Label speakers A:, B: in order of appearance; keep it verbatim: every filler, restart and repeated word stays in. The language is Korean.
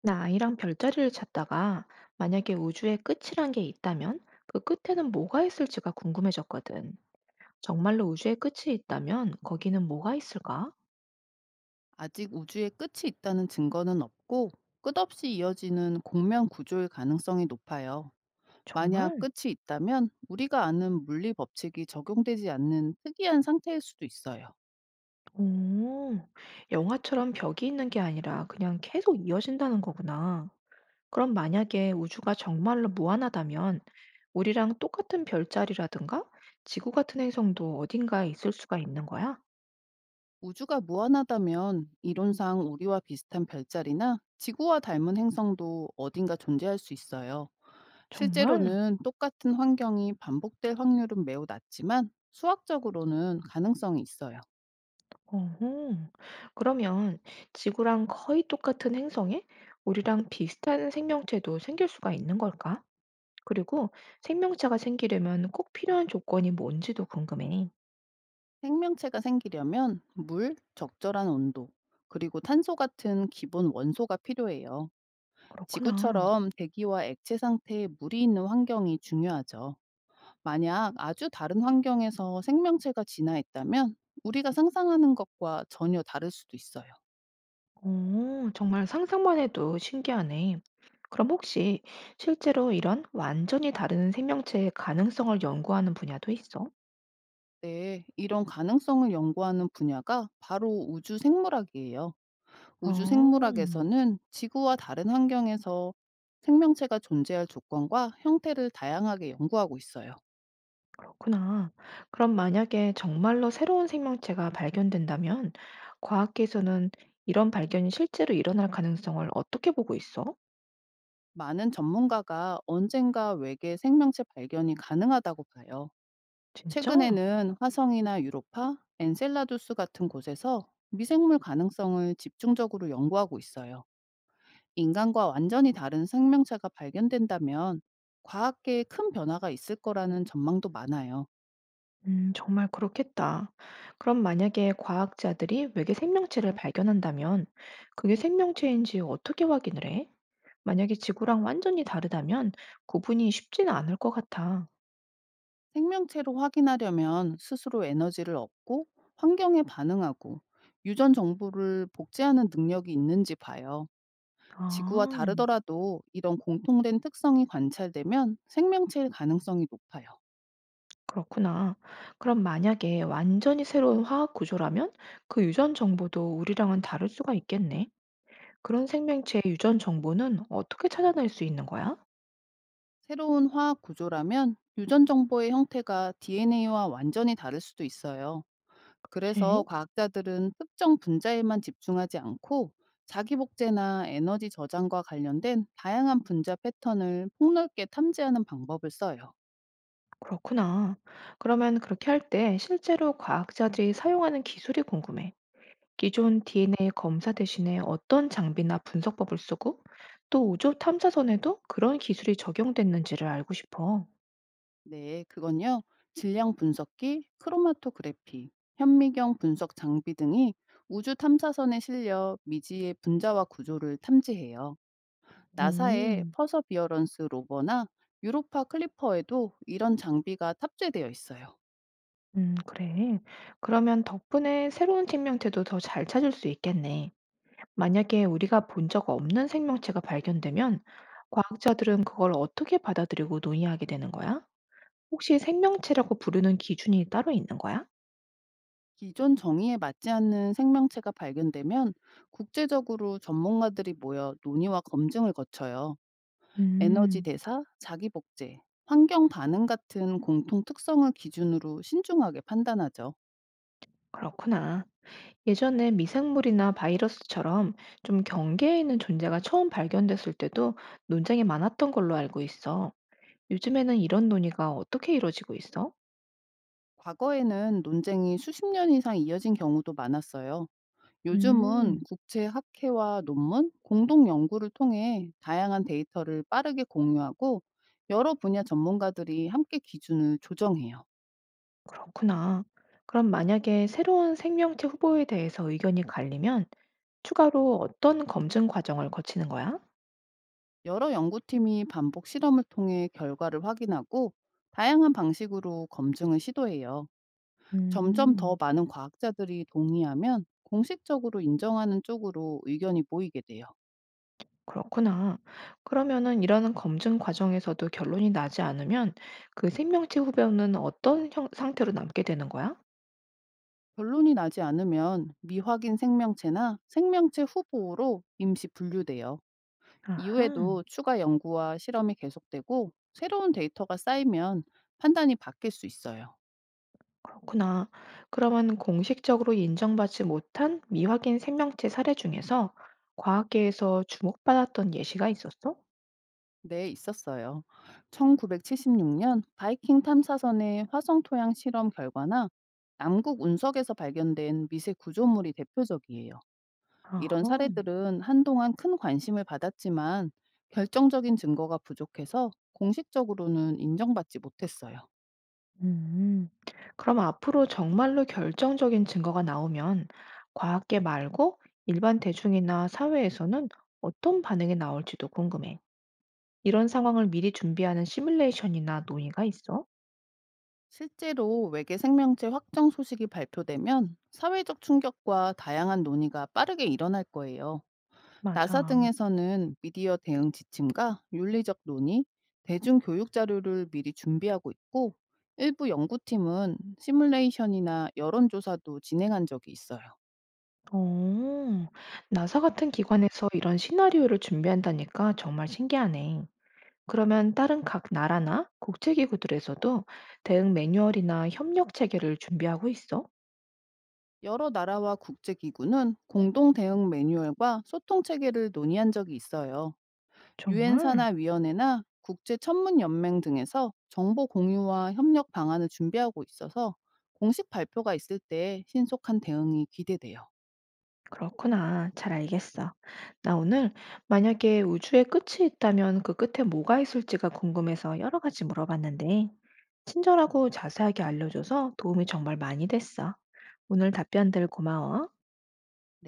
A: 나 아이랑 별자리를 찾다가 만약에 우주의 끝이란 게 있다면 그 끝에는 뭐가 있을지가 궁금해졌거든. 정말로 우주의 끝이 있다면 거기는 뭐가 있을까?
B: 아직 우주의 끝이 있다는 증거는 없고 끝없이 이어지는 공면 구조일 가능성이 높아요. 만약
A: 정말?
B: 끝이 있다면 우리가 아는 물리 법칙이 적용되지 않는 특이한 상태일 수도 있어요.
A: 오, 영화처럼 벽이 있는 게 아니라 그냥 계속 이어진다는 거구나. 그럼 만약에 우주가 정말로 무한하다면 우리랑 똑같은 별자리라든가 지구 같은 행성도 어딘가에 있을 수가 있는 거야?
B: 우주가 무한하다면 이론상 우리와 비슷한 별자리나 지구와 닮은 행성도 어딘가 존재할 수 있어요.
A: 정말?
B: 실제로는 똑같은 환경이 반복될 확률은 매우 낮지만 수학적으로는 가능성이 있어요.
A: 어허. 그러면 지구랑 거의 똑같은 행성에 우리랑 비슷한 생명체도 생길 수가 있는 걸까? 그리고 생명체가 생기려면 꼭 필요한 조건이 뭔지도 궁금해.
B: 생명체가 생기려면 물, 적절한 온도, 그리고 탄소 같은 기본 원소가 필요해요.
A: 그렇구나.
B: 지구처럼 대기와 액체 상태에 물이 있는 환경이 중요하죠. 만약 아주 다른 환경에서 생명체가 진화했다면 우리가 상상하는 것과 전혀 다를 수도 있어요.
A: 어, 정말 상상만 해도 신기하네. 그럼 혹시 실제로 이런 완전히 다른 생명체의 가능성을 연구하는 분야도 있어?
B: 네, 이런 가능성을 연구하는 분야가 바로 우주 생물학이에요. 우주
A: 어.
B: 생물학에서는 지구와 다른 환경에서 생명체가 존재할 조건과 형태를 다양하게 연구하고 있어요.
A: 그렇구나. 그럼 만약에 정말로 새로운 생명체가 발견된다면 과학계에서는 이런 발견이 실제로 일어날 가능성을 어떻게 보고 있어?
B: 많은 전문가가 언젠가 외계 생명체 발견이 가능하다고 봐요.
A: 진짜?
B: 최근에는 화성이나 유로파, 엔셀라두스 같은 곳에서 미생물 가능성을 집중적으로 연구하고 있어요. 인간과 완전히 다른 생명체가 발견된다면 과학계에 큰 변화가 있을 거라는 전망도 많아요.
A: 음, 정말 그렇겠다. 그럼 만약에 과학자들이 외계 생명체를 발견한다면 그게 생명체인지 어떻게 확인을 해? 만약에 지구랑 완전히 다르다면 구분이 쉽지는 않을 것 같아.
B: 생명체로 확인하려면 스스로 에너지를 얻고 환경에 반응하고 유전 정보를 복제하는 능력이 있는지 봐요. 지구와
A: 아.
B: 다르더라도 이런 공통된 특성이 관찰되면 생명체일 가능성이 높아요.
A: 그렇구나. 그럼 만약에 완전히 새로운 화학 구조라면 그 유전 정보도 우리랑은 다를 수가 있겠네. 그런 생명체의 유전 정보는 어떻게 찾아낼 수 있는 거야?
B: 새로운 화학 구조라면 유전 정보의 형태가 디엔에이와 완전히 다를 수도 있어요. 그래서
A: 그치?
B: 과학자들은 특정 분자에만 집중하지 않고 자기 복제나 에너지 저장과 관련된 다양한 분자 패턴을 폭넓게 탐지하는 방법을 써요.
A: 그렇구나. 그러면 그렇게 할 때 실제로 과학자들이 사용하는 기술이 궁금해. 기존 디엔에이 검사 대신에 어떤 장비나 분석법을 쓰고 또 우주 탐사선에도 그런 기술이 적용됐는지를 알고 싶어.
B: 네, 그건요. 질량 분석기, 크로마토그래피, 현미경 분석 장비 등이 우주 탐사선에 실려 미지의 분자와 구조를 탐지해요. 나사의
A: 음.
B: 퍼서비어런스 로버나 유로파 클리퍼에도 이런 장비가 탑재되어 있어요.
A: 음, 그래. 그러면 덕분에 새로운 생명체도 더 잘 찾을 수 있겠네. 만약에 우리가 본 적 없는 생명체가 발견되면 과학자들은 그걸 어떻게 받아들이고 논의하게 되는 거야? 혹시 생명체라고 부르는 기준이 따로 있는 거야?
B: 기존 정의에 맞지 않는 생명체가 발견되면 국제적으로 전문가들이 모여 논의와 검증을 거쳐요. 에너지
A: 음,
B: 대사, 자기 복제, 환경 반응 같은 공통 특성을 기준으로 신중하게 판단하죠.
A: 그렇구나. 예전에 미생물이나 바이러스처럼 좀 경계에 있는 존재가 처음 발견됐을 때도 논쟁이 많았던 걸로 알고 있어. 요즘에는 이런 논의가 어떻게 이루어지고 있어?
B: 과거에는 논쟁이 수십 년 이상 이어진 경우도 많았어요. 요즘은
A: 음.
B: 국제 학회와 논문, 공동 연구를 통해 다양한 데이터를 빠르게 공유하고 여러 분야 전문가들이 함께 기준을 조정해요.
A: 그렇구나. 그럼 만약에 새로운 생명체 후보에 대해서 의견이 갈리면 추가로 어떤 검증 과정을 거치는 거야?
B: 여러 연구팀이 반복 실험을 통해 결과를 확인하고 다양한 방식으로 검증을 시도해요. 점점
A: 음,
B: 더 많은 과학자들이 동의하면 공식적으로 인정하는 쪽으로 의견이 모이게 돼요.
A: 그렇구나. 그러면은 이런 검증 과정에서도 결론이 나지 않으면 그 생명체 후보는 어떤 형, 상태로 남게 되는 거야?
B: 결론이 나지 않으면 미확인 생명체나 생명체 후보로 임시 분류돼요.
A: 아하.
B: 이후에도 추가 연구와 실험이 계속되고 새로운 데이터가 쌓이면 판단이 바뀔 수 있어요.
A: 그렇구나. 그러면 공식적으로 인정받지 못한 미확인 생명체 사례 중에서 과학계에서 주목받았던 예시가 있었어?
B: 네, 있었어요. 천구백칠십육 년 바이킹 탐사선의 화성 토양 실험 결과나 남극 운석에서 발견된 미세 구조물이 대표적이에요. 이런
A: 아하.
B: 사례들은 한동안 큰 관심을 받았지만 결정적인 증거가 부족해서 공식적으로는 인정받지 못했어요.
A: 음, 그럼 앞으로 정말로 결정적인 증거가 나오면 과학계 말고 일반 대중이나 사회에서는 어떤 반응이 나올지도 궁금해. 이런 상황을 미리 준비하는 시뮬레이션이나 논의가 있어?
B: 실제로 외계 생명체 확정 소식이 발표되면 사회적 충격과 다양한 논의가 빠르게 일어날 거예요. 나사
A: 맞아.
B: 등에서는 미디어 대응 지침과 윤리적 논의, 대중교육 자료를 미리 준비하고 있고 일부 연구팀은 시뮬레이션이나 여론조사도 진행한 적이 있어요.
A: 어, 나사 같은 기관에서 이런 시나리오를 준비한다니까 정말 신기하네. 그러면 다른 각 나라나 국제기구들에서도 대응 매뉴얼이나 협력 체계를 준비하고 있어?
B: 여러 나라와 국제기구는 공동 대응 매뉴얼과 소통 체계를 논의한 적이 있어요. 유엔
A: 정말?
B: 산하 위원회나 국제 천문 연맹 등에서 정보 공유와 협력 방안을 준비하고 있어서 공식 발표가 있을 때 신속한 대응이 기대돼요.
A: 그렇구나. 잘 알겠어. 나 오늘 만약에 우주의 끝이 있다면 그 끝에 뭐가 있을지가 궁금해서 여러 가지 물어봤는데, 친절하고 자세하게 알려줘서 도움이 정말 많이 됐어. 오늘 답변들 고마워.
B: 네.